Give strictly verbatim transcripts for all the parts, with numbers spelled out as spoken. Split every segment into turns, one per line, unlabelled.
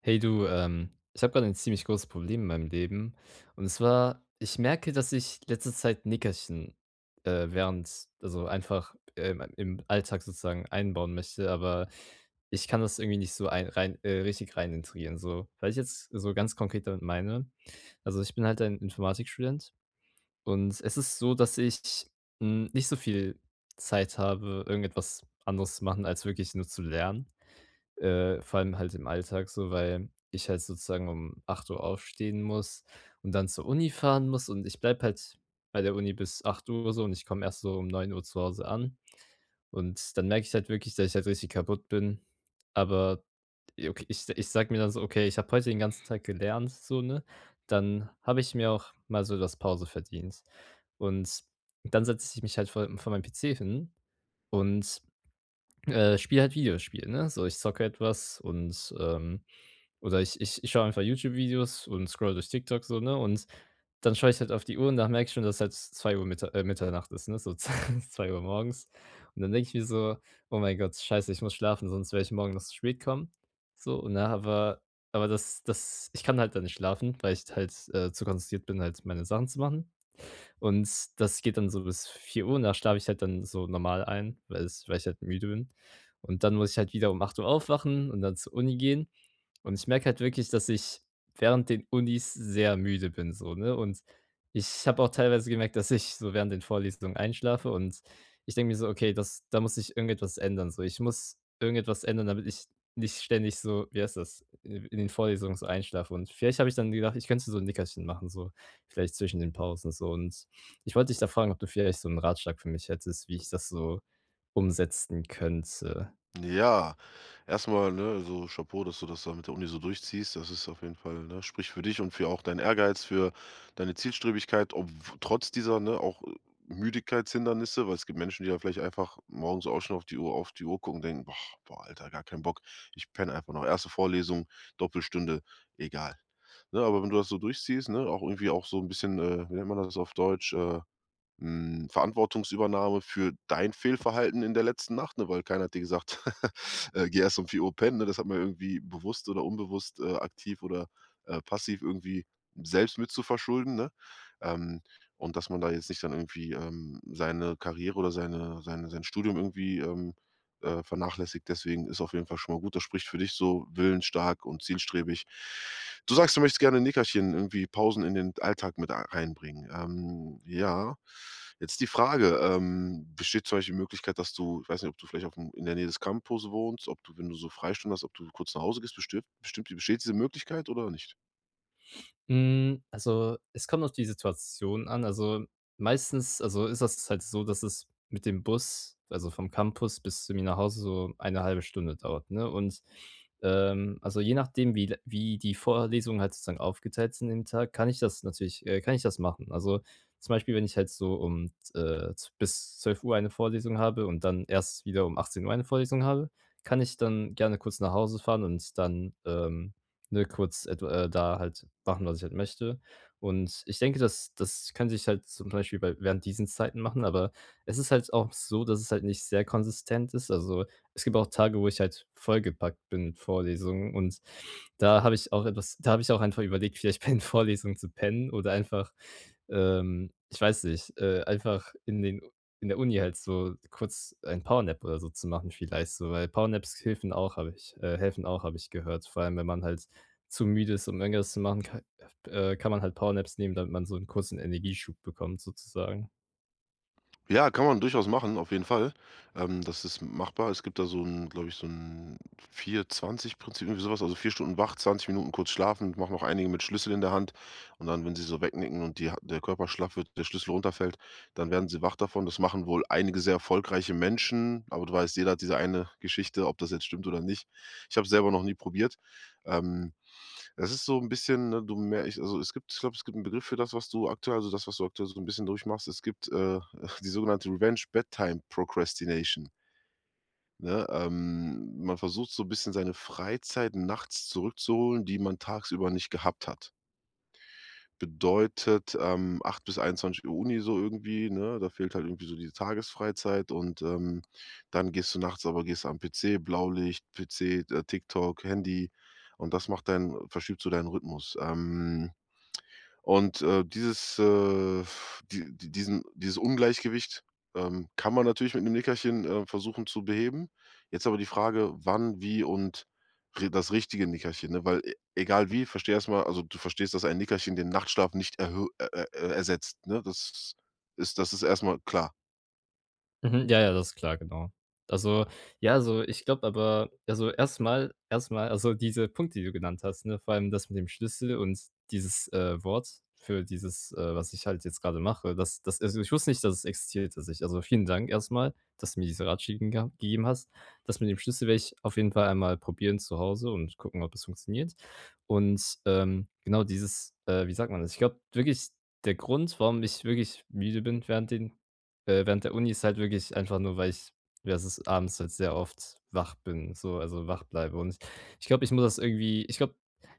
Hey du, ähm, ich habe gerade ein ziemlich großes Problem in meinem Leben. Und zwar, ich merke, dass ich letzte Zeit Nickerchen äh, während, also einfach ähm, im Alltag sozusagen einbauen möchte, aber ich kann das irgendwie nicht so ein, rein, äh, richtig rein integrieren. So, weil ich jetzt so ganz konkret damit meine. Also ich bin halt ein Informatikstudent und es ist so, dass ich mh, nicht so viel Zeit habe, irgendetwas anderes zu machen, als wirklich nur zu lernen. Äh, vor allem halt im Alltag so, weil ich halt sozusagen um acht Uhr aufstehen muss und dann zur Uni fahren muss und ich bleibe halt bei der Uni bis acht Uhr so und ich komme erst so um neun Uhr zu Hause an und dann merke ich halt wirklich, dass ich halt richtig kaputt bin. Aber j okay, ich ich sage mir dann so: „Okay, ich habe heute den ganzen Tag gelernt“, so, ne? Dann habe ich mir auch mal so etwas Pause verdient. Und dann setze ich mich halt vor vor meinen P C hin und äh, spiele halt Videospiele, ne? So, ich zocke etwas und, ähm oder ich ich ich schaue einfach YouTube-Videos und scroll durch TikTok so, ne? Und dann schaue ich halt auf die Uhr und dann merke ich schon, dass halt zwei Uhr Mitta äh, Mitternacht ist, ne? So zwei Uhr morgens. Und dann denke ich mir so: „Oh mein Gott, scheiße, ich muss schlafen, sonst werde ich morgen noch zu spät kommen.“ So, und dann aber aber das das ich kann halt dann nicht schlafen, weil ich halt, äh, zu konzentriert bin, halt meine Sachen zu machen. Und das geht dann so bis vier Uhr und da schlafe ich halt dann so normal ein, weil es weil ich halt müde bin. Und dann muss ich halt wieder um acht Uhr aufwachen und dann zur Uni gehen. Und ich merke halt wirklich, dass ich während den Unis sehr müde bin so, ne? Und ich habe auch teilweise gemerkt, dass ich so während den Vorlesungen einschlafe und ich denke mir so: „Okay, das da muss ich irgendetwas ändern so. Ich muss irgendetwas ändern, damit ich nicht ständig so wie heißt das, in in den Vorlesungen so einschlafe.“ Und vielleicht habe ich dann gedacht, ich könnte so 'n Nickerchen machen so, vielleicht zwischen den Pausen so und ich wollte dich da fragen, ob du vielleicht so einen Ratschlag für mich hättest, wie ich das so umsetzen könnte?
Ja, erstmal, ne, so Chapeau, dass du das da mit der Uni so durchziehst. Das ist auf jeden Fall, ne, spricht für dich und für auch deinen Ehrgeiz, für deine Zielstrebigkeit, ob trotz dieser, ne, auch äh, Müdigkeitshindernisse, weil es gibt Menschen, die ja vielleicht einfach morgens auch schon auf die Uhr, auf die Uhr gucken und denken, boah, boah, Alter, gar keinen Bock. Ich penne einfach noch. Erste Vorlesung, Doppelstunde, egal. Ne, aber wenn du das so durchziehst, ne, auch irgendwie auch so ein bisschen, äh, wie nennt man das auf Deutsch, äh, hm, Verantwortungsübernahme für dein Fehlverhalten in der letzten Nacht, ne? Weil keiner hat dir gesagt: „Äh, geh erst um vier Uhr pennen", ne? Das hat man irgendwie bewusst oder unbewusst, äh, aktiv oder, äh, passiv irgendwie selbst mit zu verschulden, ne? Ähm, und dass man da jetzt nicht dann irgendwie, ähm, seine Karriere oder seine seine sein Studium irgendwie, ähm äh, vernachlässigt. Deswegen ist auf jeden Fall schon mal gut. Das spricht für dich so willensstark und zielstrebig. Du sagst, du möchtest gerne ein Nickerchen irgendwie Pausen in den Alltag mit a- reinbringen. Ähm, ja, jetzt die Frage, ähm, besteht zum Beispiel die Möglichkeit, dass du, ich weiß nicht, ob du vielleicht auf dem, in der Nähe des Campus wohnst, ob du, wenn du so Freistunden hast, ob du kurz nach Hause gehst, bestimmt, bestimmt, besteht diese Möglichkeit oder nicht?
Hm, also, es kommt auf die Situation an. Also, meistens also, ist das halt so, dass es mit dem Bus, also, vom Campus bis zu mir nach Hause so eine halbe Stunde dauert, ne? Und, ähm, also, je nachdem, wie l wie die Vorlesungen halt sozusagen aufgeteilt sind im Tag, kann ich das natürlich äh, kann ich das machen. Also, zum Beispiel, wenn ich halt so um, äh, z bis zwölf Uhr eine Vorlesung habe und dann erst wieder um achtzehn Uhr eine Vorlesung habe, kann ich dann gerne kurz nach Hause fahren und dann, ähm ne, kurz et äh, da halt machen, was ich halt möchte. Und ich denke, dass das könnte ich halt zum Beispiel bei während diesen Zeiten machen, aber es ist halt auch so, dass es halt nicht sehr konsistent ist. Also, es gibt auch Tage, wo ich halt vollgepackt bin mit Vorlesungen und da habe ich auch etwas da habe ich auch einfach überlegt, vielleicht bei den Vorlesungen zu pennen oder einfach, ähm, ich weiß nicht, äh, einfach in den in der Uni halt so kurz ein Powernap oder so zu machen vielleicht so, weil Powernaps helfen auch, habe ich äh, helfen auch, habe ich gehört, vor allem, wenn man halt zu müde ist, um irgendwas zu machen, ka äh, kann man halt Powernaps nehmen, damit man so einen kurzen Energieschub bekommt sozusagen.
Ja, kann man durchaus machen, auf jeden Fall. Ähm, das ist machbar. Es gibt da so ein, glaube ich, so ein vier zwanzig Prinzip irgendwie so. Also vier Stunden wach, zwanzig Minuten kurz schlafen, machen auch einige mit Schlüssel in der Hand. Und dann, wenn sie so wegnicken und die Ha der Körper schlaff wird, der Schlüssel runterfällt, dann werden sie wach davon. Das machen wohl einige sehr erfolgreiche Menschen, aber du weißt, jeder hat diese eine Geschichte, ob das jetzt stimmt oder nicht. Ich habe es selber noch nie probiert. Ähm das ist so ein bisschen, ne, du mehr ich also, es gibt, ich glaube, es gibt einen Begriff für das, was du aktuell also, das, was du aktuell so ein bisschen durchmachst. Es gibt, äh, die sogenannte Revenge Bedtime Procrastination, ne? Ähm, man versucht so ein bisschen seine Freizeit nachts zurückzuholen, die man tagsüber nicht gehabt hat. Bedeutet, ähm, acht bis einundzwanzig Uhr Uni so irgendwie, ne? Da fehlt halt irgendwie so die Tagesfreizeit und, ähm, dann gehst du nachts aber gehst am P C, Blaulicht, P C, äh, TikTok, Handy und das macht deinen verschiebt so deinen Rhythmus. Ähm und, äh, dieses, äh, die die diesen dieses Ungleichgewicht, ähm, kann man natürlich mit einem Nickerchen, äh, versuchen zu beheben. Jetzt aber die Frage, wann, wie und ri das richtige Nickerchen, ne? Weil e egal wie, verstehe erst mal also, du verstehst, dass ein Nickerchen den Nachtschlaf nicht erhö äh, äh, ersetzt, ne? Das ist das ist erstmal klar.
Mhm, ja, ja, das ist klar, genau. Also, ja, also, ich glaube aber also, erstmal, erstmal, also, diese Punkte, die du genannt hast, ne, vor allem das mit dem Schlüssel und dieses, äh, Wort für dieses, äh, was ich halt jetzt gerade mache, das das also, ich wusste nicht, dass es existiert dass ich, also, vielen Dank erstmal, dass du mir diese Ratschläge geha gegeben hast. Das mit dem Schlüssel werde ich auf jeden Fall einmal probieren zu Hause und gucken, ob es funktioniert. Und, ähm, genau dieses, äh, wie sagt man das? Ich glaube wirklich, der Grund, warum ich wirklich müde bin während den äh, während der Uni ist halt wirklich einfach nur, weil ich ja, es ist abends halt sehr oft wach bin, so also wach bleibe und ich ich glaube, ich muss das irgendwie ich glaube,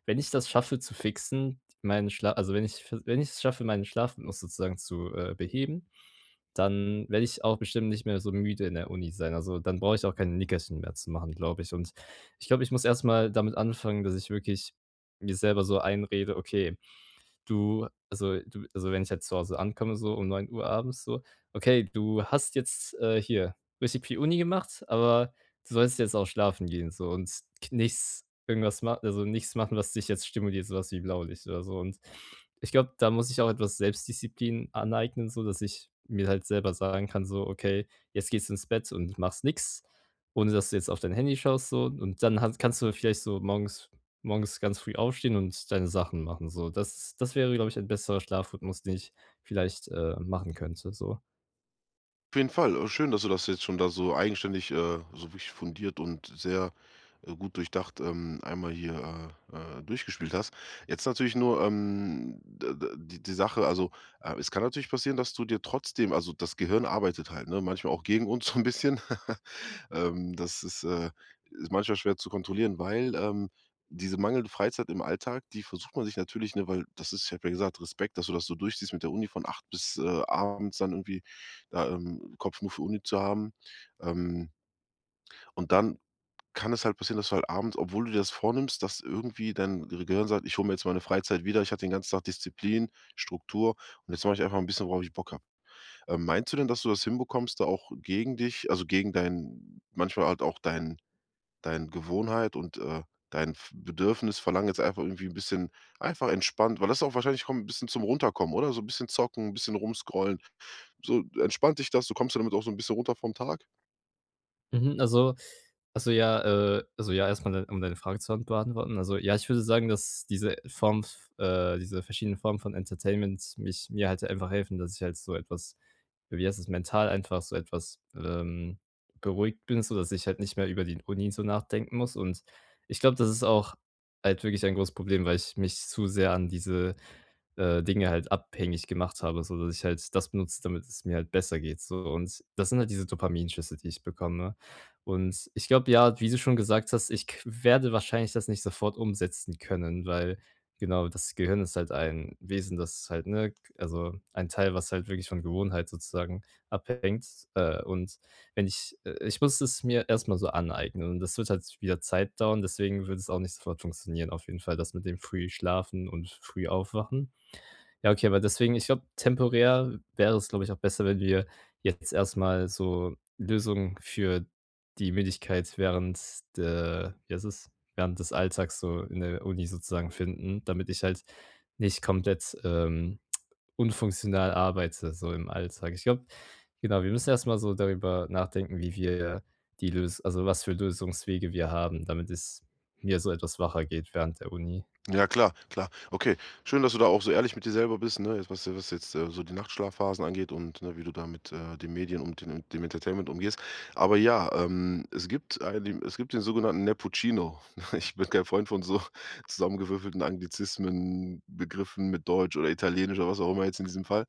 wenn ich das schaffe zu fixen, meinen Schlaf, also wenn ich f wenn ich es schaffe, meinen Schlafrhythmus sozusagen zu, äh, beheben, dann werde ich auch bestimmt nicht mehr so müde in der Uni sein. Also, dann brauche ich auch keine Nickerchen mehr zu machen, glaube ich und ich glaube, ich muss erst mal damit anfangen, dass ich wirklich mir selber so einrede: „Okay, du also du also, wenn ich jetzt zu Hause ankomme, so um neun Uhr abends so: Okay, du hast jetzt, äh, hier richtig viel Uni gemacht, aber du sollst jetzt auch schlafen gehen so und k nichts irgendwas machen also, nichts machen, was dich jetzt stimuliert, so was wie Blaulicht oder so.“ Und ich glaube, da muss ich auch etwas Selbstdisziplin aneignen, so dass ich mir halt selber sagen kann so: „Okay, jetzt gehst du ins Bett und machst nichts ohne dass du jetzt auf dein Handy schaust so und dann hast kannst du vielleicht so morgens morgens ganz früh aufstehen und deine Sachen machen so. Das das wäre, glaube ich, ein besserer Schlafrhythmus, den ich vielleicht, äh, machen könnte so.“
Auf jeden Fall. Äh, schön, dass du das jetzt schon da so eigenständig, äh, so wirklich fundiert und sehr, äh, gut durchdacht, ähm, einmal hier, äh, äh, durchgespielt hast. Jetzt natürlich nur, ähm, d d die die Sache, also, äh, es kann natürlich passieren, dass du dir trotzdem also, das Gehirn arbeitet halt, ne, manchmal auch gegen uns so ein bisschen. Ähm, das ist, äh ist manchmal schwer zu kontrollieren, weil, ähm, diese mangelnde Freizeit im Alltag, die versucht man sich natürlich, ne, weil das ist ich habe ja gesagt, Respekt, dass du das so durchziehst mit der Uni von acht bis, äh, abends dann irgendwie da, ähm, Kopf nur für Uni zu haben. Ähm, und dann kann es halt passieren, dass du halt abends, obwohl du dir das vornimmst, dass irgendwie dein Gehirn sagt: „Ich hole mir jetzt meine Freizeit wieder. Ich hatte den ganzen Tag Disziplin, Struktur und jetzt mache ich einfach ein bisschen, worauf ich Bock habe." Ähm, meinst du denn, dass du das hinbekommst, da auch gegen dich also, gegen dein manchmal halt auch dein dein Gewohnheit und, äh, dein F Bedürfnis verlangen jetzt einfach irgendwie ein bisschen einfach entspannt weil das auch wahrscheinlich kommt ein bisschen zum Runterkommen, oder? So ein bisschen zocken, ein bisschen rumscrollen. So entspannt dich das, du kommst ja damit auch so ein bisschen runter vom Tag?
Mhm, also also ja, äh also ja, erstmal mal um deine Frage zu beantworten. Also, ja, ich würde sagen, dass diese Form f äh, diese verschiedenen Formen von Entertainment mich mir halt einfach helfen, dass ich halt so etwas wie heißt es, mental einfach so etwas, ähm, beruhigt bin, so dass ich halt nicht mehr über die Uni so nachdenken muss. Und ich glaube, das ist auch halt wirklich ein großes Problem, weil ich mich zu sehr an diese, äh, Dinge halt abhängig gemacht habe, so dass ich halt das benutze, damit es mir halt besser geht so. Und das sind halt diese Dopaminschüsse, die ich bekomme. Und ich glaube, ja, wie du schon gesagt hast, ich k werde wahrscheinlich das nicht sofort umsetzen können, weil genau, das Gehirn ist halt ein Wesen, das halt, ne also ein Teil, was halt wirklich von Gewohnheit sozusagen abhängt. Äh, und wenn ich äh, Ich muss es mir erst mal so aneignen und das wird halt wieder Zeit dauern, deswegen wird es auch nicht sofort funktionieren, auf jeden Fall das mit dem früh Schlafen und früh Aufwachen. Ja, okay, aber deswegen ich glaube, temporär wäre es, glaube ich, auch besser, wenn wir jetzt erst mal so Lösungen für die Müdigkeit während der wie heißt es? Während des Alltags so in der Uni sozusagen finden, damit ich halt nicht komplett, ähm, unfunktional arbeite so im Alltag. Ich glaube genau, wir müssen erst mal so darüber nachdenken, wie wir die Lös also was für Lösungswege wir haben, damit es mir so etwas wacher geht während der Uni.
Ja, klar, klar. Okay, schön, dass du da auch so ehrlich mit dir selber bist, ne? Jetzt, was was jetzt, äh, so die Nachtschlafphasen angeht und, ne, wie du da mit, äh, den Medien und den dem Entertainment umgehst. Aber ja, ähm, es gibt einen es gibt den sogenannten Nepocino. Ich bin kein Freund von so zusammengewürfelten Anglizismen, Begriffen mit Deutsch oder Italienisch oder was auch immer jetzt in diesem Fall.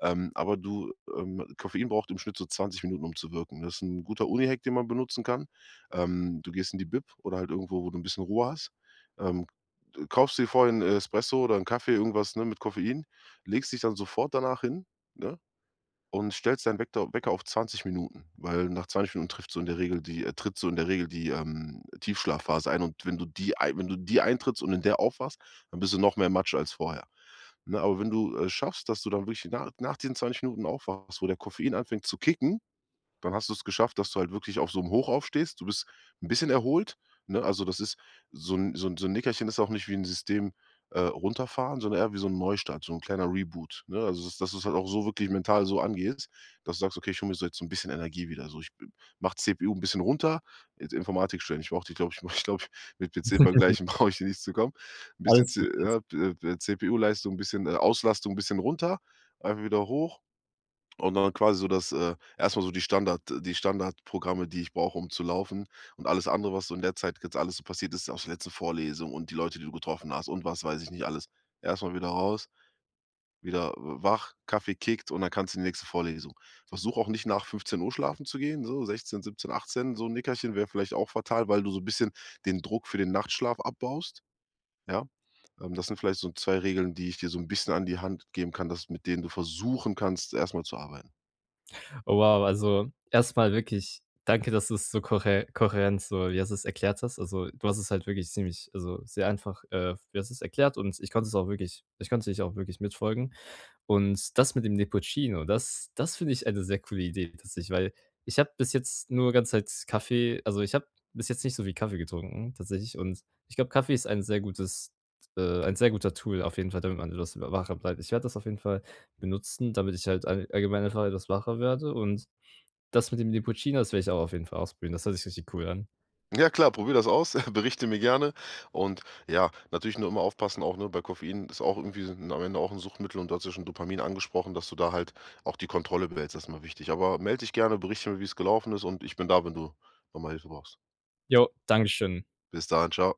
Ähm, aber du, ähm Koffein braucht im Schnitt so zwanzig Minuten, um zu wirken. Das ist ein guter Uni-Hack, den man benutzen kann. Ähm, du gehst in die Bib oder halt irgendwo, wo du ein bisschen Ruhe hast. ähm Du kaufst dir vorhin äh, Espresso oder 'n Kaffee, irgendwas, ne, mit Koffein, legst dich dann sofort danach hin, ne, und stellst deinen Weckter Wecker auf zwanzig Minuten, weil nach zwanzig Minuten trifft so in der Regel die äh, tritt so in der Regel die, ähm, Tiefschlafphase ein. Und wenn du die ei wenn du die eintrittst und in der aufwachst, dann bist du noch mehr Matsch als vorher, ne? Aber wenn du, äh, schaffst, dass du dann wirklich nach nach diesen zwanzig Minuten aufwachst, wo der Koffein anfängt zu kicken, dann hast du es geschafft, dass du halt wirklich auf so 'm Hoch aufstehst. Du bist 'n bisschen erholt, ne? Also, das ist so 'n so 'n so 'n Nickerchen ist auch nicht wie 'n System, äh, runterfahren, sondern eher wie so 'n Neustart, so 'n kleiner Reboot, ne? Also, dass dass du's halt auch so wirklich mental so angehst, dass du sagst: „Okay, ich hole mir so jetzt so 'n bisschen Energie wieder. So, ich b mache C P U 'n bisschen runter, jetzt Informatik stellen." Ich brauche die, glaube ich, ich glaube, mit P C vergleichen brauche ich dir nicht zu kommen. 'N bisschen
Alles.
C ja, äh, C P U-Leistung, 'n bisschen, äh, Auslastung, 'n bisschen runter, einfach wieder hoch und dann quasi so das äh, erst so die Standard die Standardprogramme, die ich brauche, um zu laufen und alles andere, was so in der Zeit jetzt alles so passiert ist aus der letzten Vorlesung und die Leute, die du getroffen hast und was weiß ich nicht alles. Erstmal wieder raus, wieder wach, Kaffee kickt und dann kannst du in die nächste Vorlesung. Versuch auch nicht nach fünfzehn Uhr schlafen zu gehen, so sechzehn, siebzehn, achtzehn, so ein Nickerchen wäre vielleicht auch fatal, weil du so 'n bisschen den Druck für den Nachtschlaf abbaust, ja? Ähm, das sind vielleicht so zwei Regeln, die ich dir so ein bisschen an die Hand geben kann, dass mit denen du versuchen kannst, erstmal zu arbeiten.
Oh, wow, also erstmal wirklich danke, dass du es so kohä kohärent so wie hast du es erklärt hast. Also, du hast es halt wirklich ziemlich also, sehr einfach, äh, wie hast du es erklärt und ich konnte es auch wirklich ich konnte dich auch wirklich mitfolgen. Und das mit dem Nepocino, das das finde ich eine sehr coole Idee tatsächlich, weil ich habe bis jetzt nur ganze Zeit Kaffee also, ich habe bis jetzt nicht so viel Kaffee getrunken tatsächlich und ich glaube, Kaffee ist ein sehr gutes äh, ein sehr guter Tool auf jeden Fall, damit man etwas wa wacher bleibt. Ich werde das auf jeden Fall benutzen, damit ich halt all allgemein einfach etwas wacher werde und das mit dem Nepocino, das werde ich auch auf jeden Fall ausprobieren. Das hört sich richtig cool an.
Ja klar, probier das aus, berichte mir gerne. Und ja, natürlich nur immer aufpassen auch, ne, bei Koffein ist auch irgendwie s am Ende auch ein Suchtmittel und du hast ja schon Dopamin angesprochen, dass du da halt auch die Kontrolle behältst, das ist mal wichtig. Aber melde dich gerne, berichte mir, wie es gelaufen ist und ich bin da, wenn du nochmal Hilfe brauchst.
Jo, Dankeschön.
Bis dahin, Ciao.